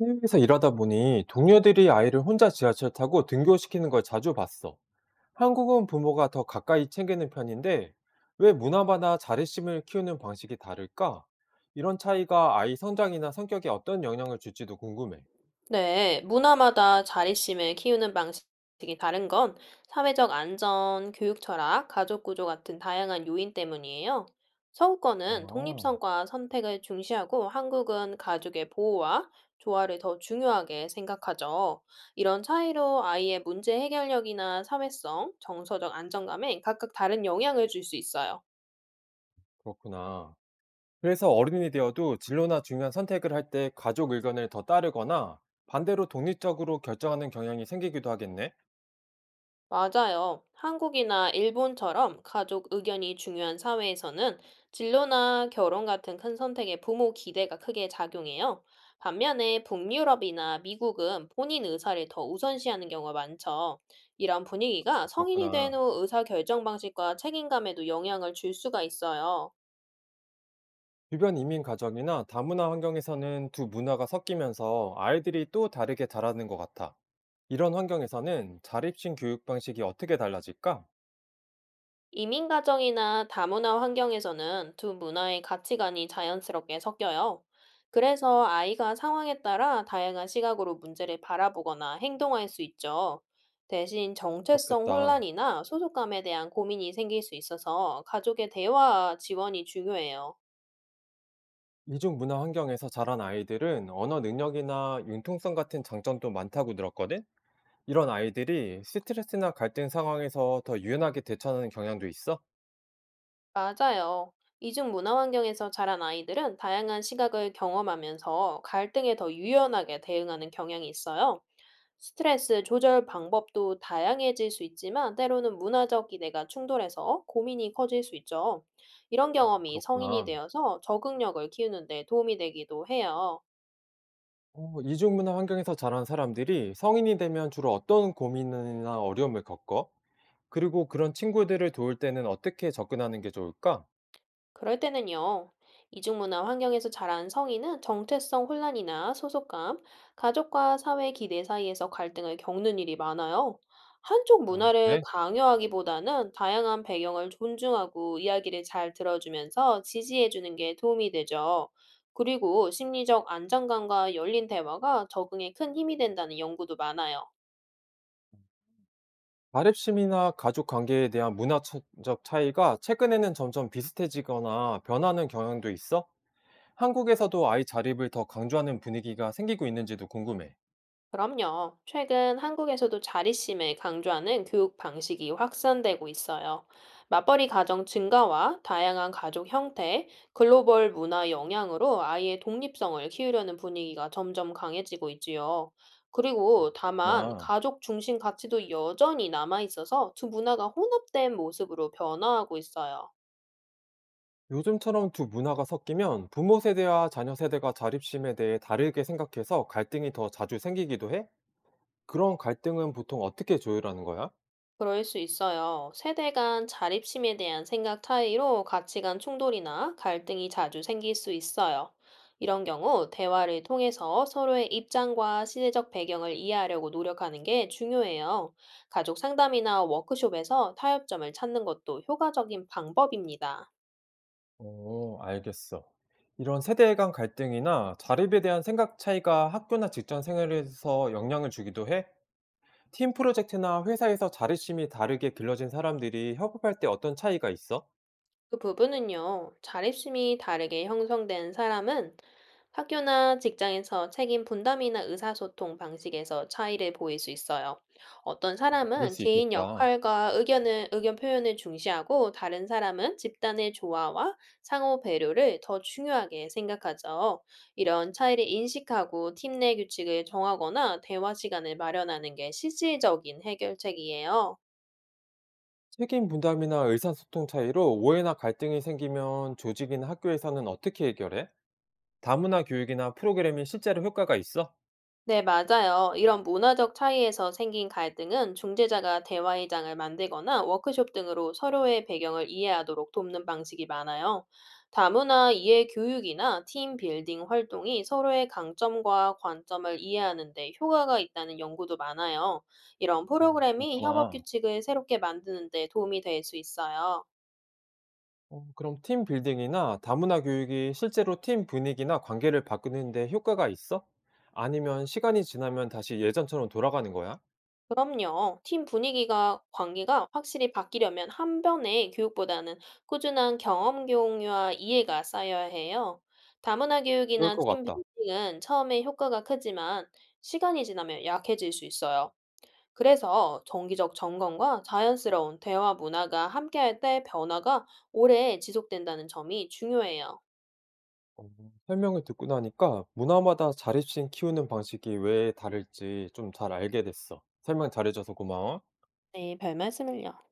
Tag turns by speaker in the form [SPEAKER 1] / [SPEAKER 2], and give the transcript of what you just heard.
[SPEAKER 1] 해외에서 일하다 보니 동료들이 아이를 혼자 지하철 타고 등교시키는 걸 자주 봤어. 한국은 부모가 더 가까이 챙기는 편인데 왜 문화마다 자립심을 키우는 방식이 다를까? 이런 차이가 아이 성장이나 성격에 어떤 영향을 줄지도 궁금해.
[SPEAKER 2] 네, 문화마다 자립심을 키우는 방식이 다른 건 사회적 안전, 교육 철학, 가족 구조 같은 다양한 요인 때문이에요. 서구권은
[SPEAKER 1] 아,
[SPEAKER 2] 독립성과 선택을 중시하고 한국은 가족의 보호와 조화를 더 중요하게 생각하죠. 이런 차이로 아이의 문제 해결력이나 사회성, 정서적 안정감에 각각 다른 영향을 줄 수 있어요.
[SPEAKER 1] 그렇구나. 그래서 어른이 되어도 진로나 중요한 선택을 할 때 가족 의견을 더 따르거나 반대로 독립적으로 결정하는 경향이 생기기도 하겠네.
[SPEAKER 2] 맞아요. 한국이나 일본처럼 가족 의견이 중요한 사회에서는 진로나 결혼 같은 큰 선택에 부모 기대가 크게 작용해요. 반면에 북유럽이나 미국은 본인 의사를 더 우선시하는 경우가 많죠. 이런 분위기가 성인이 된
[SPEAKER 1] 그렇구나.
[SPEAKER 2] 후 의사 결정 방식과 책임감에도 영향을 줄 수가 있어요.
[SPEAKER 1] 주변 이민 가정이나 다문화 환경에서는 두 문화가 섞이면서 아이들이 또 다르게 자라는 것 같아. 이런 환경에서는 자립심 교육 방식이 어떻게 달라질까?
[SPEAKER 2] 이민 가정이나 다문화 환경에서는 두 문화의 가치관이 자연스럽게 섞여요. 그래서 아이가 상황에 따라 다양한 시각으로 문제를 바라보거나 행동할 수 있죠. 대신 정체성
[SPEAKER 1] 그렇겠다.
[SPEAKER 2] 혼란이나 소속감에 대한 고민이 생길 수 있어서 가족의 대화 지원이 중요해요.
[SPEAKER 1] 이중 문화 환경에서 자란 아이들은 언어 능력이나 융통성 같은 장점도 많다고 들었거든? 이런 아이들이 스트레스나 갈등 상황에서 더 유연하게 대처하는 경향도 있어?
[SPEAKER 2] 맞아요. 이중 문화 환경에서 자란 아이들은 다양한 시각을 경험하면서 갈등에 더 유연하게 대응하는 경향이 있어요. 스트레스 조절 방법도 다양해질 수 있지만 때로는 문화적 기대가 충돌해서 고민이 커질 수 있죠. 이런 경험이 성인이
[SPEAKER 1] 그렇구나.
[SPEAKER 2] 되어서 적응력을 키우는 데 도움이 되기도 해요.
[SPEAKER 1] 이중 문화 환경에서 자란 사람들이 성인이 되면 주로 어떤 고민이나 어려움을 겪어? 그리고 그런 친구들을 도울 때는 어떻게 접근하는 게 좋을까?
[SPEAKER 2] 그럴 때는요, 이중문화 환경에서 자란 성인은 정체성 혼란이나 소속감, 가족과 사회 기대 사이에서 갈등을 겪는 일이 많아요. 한쪽
[SPEAKER 1] 아,
[SPEAKER 2] 문화를
[SPEAKER 1] 그래?
[SPEAKER 2] 강요하기보다는 다양한 배경을 존중하고 이야기를 잘 들어주면서 지지해주는 게 도움이 되죠. 그리고 심리적 안정감과 열린 대화가 적응에 큰 힘이 된다는 연구도 많아요.
[SPEAKER 1] 가립심이나 가족 관계에 대한 문화적 차이가 최근에는 점점 비슷해지거나 변하는 경향도 있어? 한국에서도 아이 자립을 더 강조하는 분위기가 생기고 있는지도 궁금해.
[SPEAKER 2] 그럼요. 최근 한국에서도 자립심을 강조하는 교육 방식이 확산되고 있어요. 맞벌이 가정 증가와 다양한 가족 형태, 글로벌 문화 영향으로 아이의 독립성을 키우려는 분위기가 점점 강해지고 있지요. 그리고 다만
[SPEAKER 1] 그렇구나.
[SPEAKER 2] 가족 중심 가치도 여전히 남아 있어서 두 문화가 혼합된 모습으로 변화하고 있어요.
[SPEAKER 1] 요즘처럼 두 문화가 섞이면 부모 세대와 자녀 세대가 자립심에 대해 다르게 생각해서 갈등이 더 자주 생기기도 해? 그런 갈등은 보통 어떻게 조율하는 거야?
[SPEAKER 2] 그럴 수 있어요. 세대 간 자립심에 대한 생각 차이로 가치관 충돌이나 갈등이 자주 생길 수 있어요. 이런 경우 대화를 통해서 서로의 입장과 시대적 배경을 이해하려고 노력하는 게 중요해요. 가족 상담이나 워크숍에서 타협점을 찾는 것도 효과적인 방법입니다.
[SPEAKER 1] 어, 알겠어. 이런 세대 간 갈등이나 자립에 대한 생각 차이가 학교나 직장 생활에서 영향을 주기도 해? 팀 프로젝트나 회사에서 자립심이 다르게 길러진 사람들이 협업할 때 어떤 차이가 있어?
[SPEAKER 2] 그 부분은요, 자립심이 다르게 형성된 사람은 학교나 직장에서 책임 분담이나 의사소통 방식에서 차이를 보일 수 있어요. 어떤
[SPEAKER 1] 그럴
[SPEAKER 2] 사람은
[SPEAKER 1] 수
[SPEAKER 2] 개인
[SPEAKER 1] 있겠다.
[SPEAKER 2] 역할과 의견 표현을 중시하고 다른 사람은 집단의 조화와 상호 배려를 더 중요하게 생각하죠. 이런 차이를 인식하고 팀 내 규칙을 정하거나 대화 시간을 마련하는 게 실질적인 해결책이에요.
[SPEAKER 1] 책임 분담이나 의사소통 차이로 오해나 갈등이 생기면 조직이나 학교에서는 어떻게 해결해? 다문화 교육이나 프로그램이 실제로 효과가 있어?
[SPEAKER 2] 네, 맞아요. 이런 문화적 차이에서 생긴 갈등은 중재자가 대화의 장을 만들거나 워크숍 등으로 서로의 배경을 이해하도록 돕는 방식이 많아요. 다문화 이해 교육이나 팀 빌딩 활동이 서로의 강점과 관점을 이해하는 데 효과가 있다는 연구도 많아요. 이런
[SPEAKER 1] 아,
[SPEAKER 2] 프로그램이 협업
[SPEAKER 1] 그렇구나.
[SPEAKER 2] 규칙을 새롭게 만드는 데 도움이 될 수 있어요.
[SPEAKER 1] 어 그럼 팀 빌딩이나 다문화 교육이 실제로 팀 분위기나 관계를 바꾸는 데 효과가 있어? 아니면 시간이 지나면 다시 예전처럼 돌아가는 거야?
[SPEAKER 2] 그럼요. 관계가 확실히 바뀌려면 한 번의 교육보다는 꾸준한 경험 공유와 이해가 쌓여야 해요. 다문화
[SPEAKER 1] 그럴
[SPEAKER 2] 교육이나
[SPEAKER 1] 것
[SPEAKER 2] 팀
[SPEAKER 1] 같다.
[SPEAKER 2] 빌딩은 처음에 효과가 크지만 시간이 지나면 약해질 수 있어요. 그래서 정기적 점검과 자연스러운 대화 문화가 함께할 때 변화가 오래 지속된다는 점이 중요해요.
[SPEAKER 1] 어, 설명을 듣고 나니까 문화마다 자립심 키우는 방식이 왜 다를지 좀 잘 알게 됐어. 설명 잘해줘서 고마워.
[SPEAKER 2] 네, 별 말씀을요.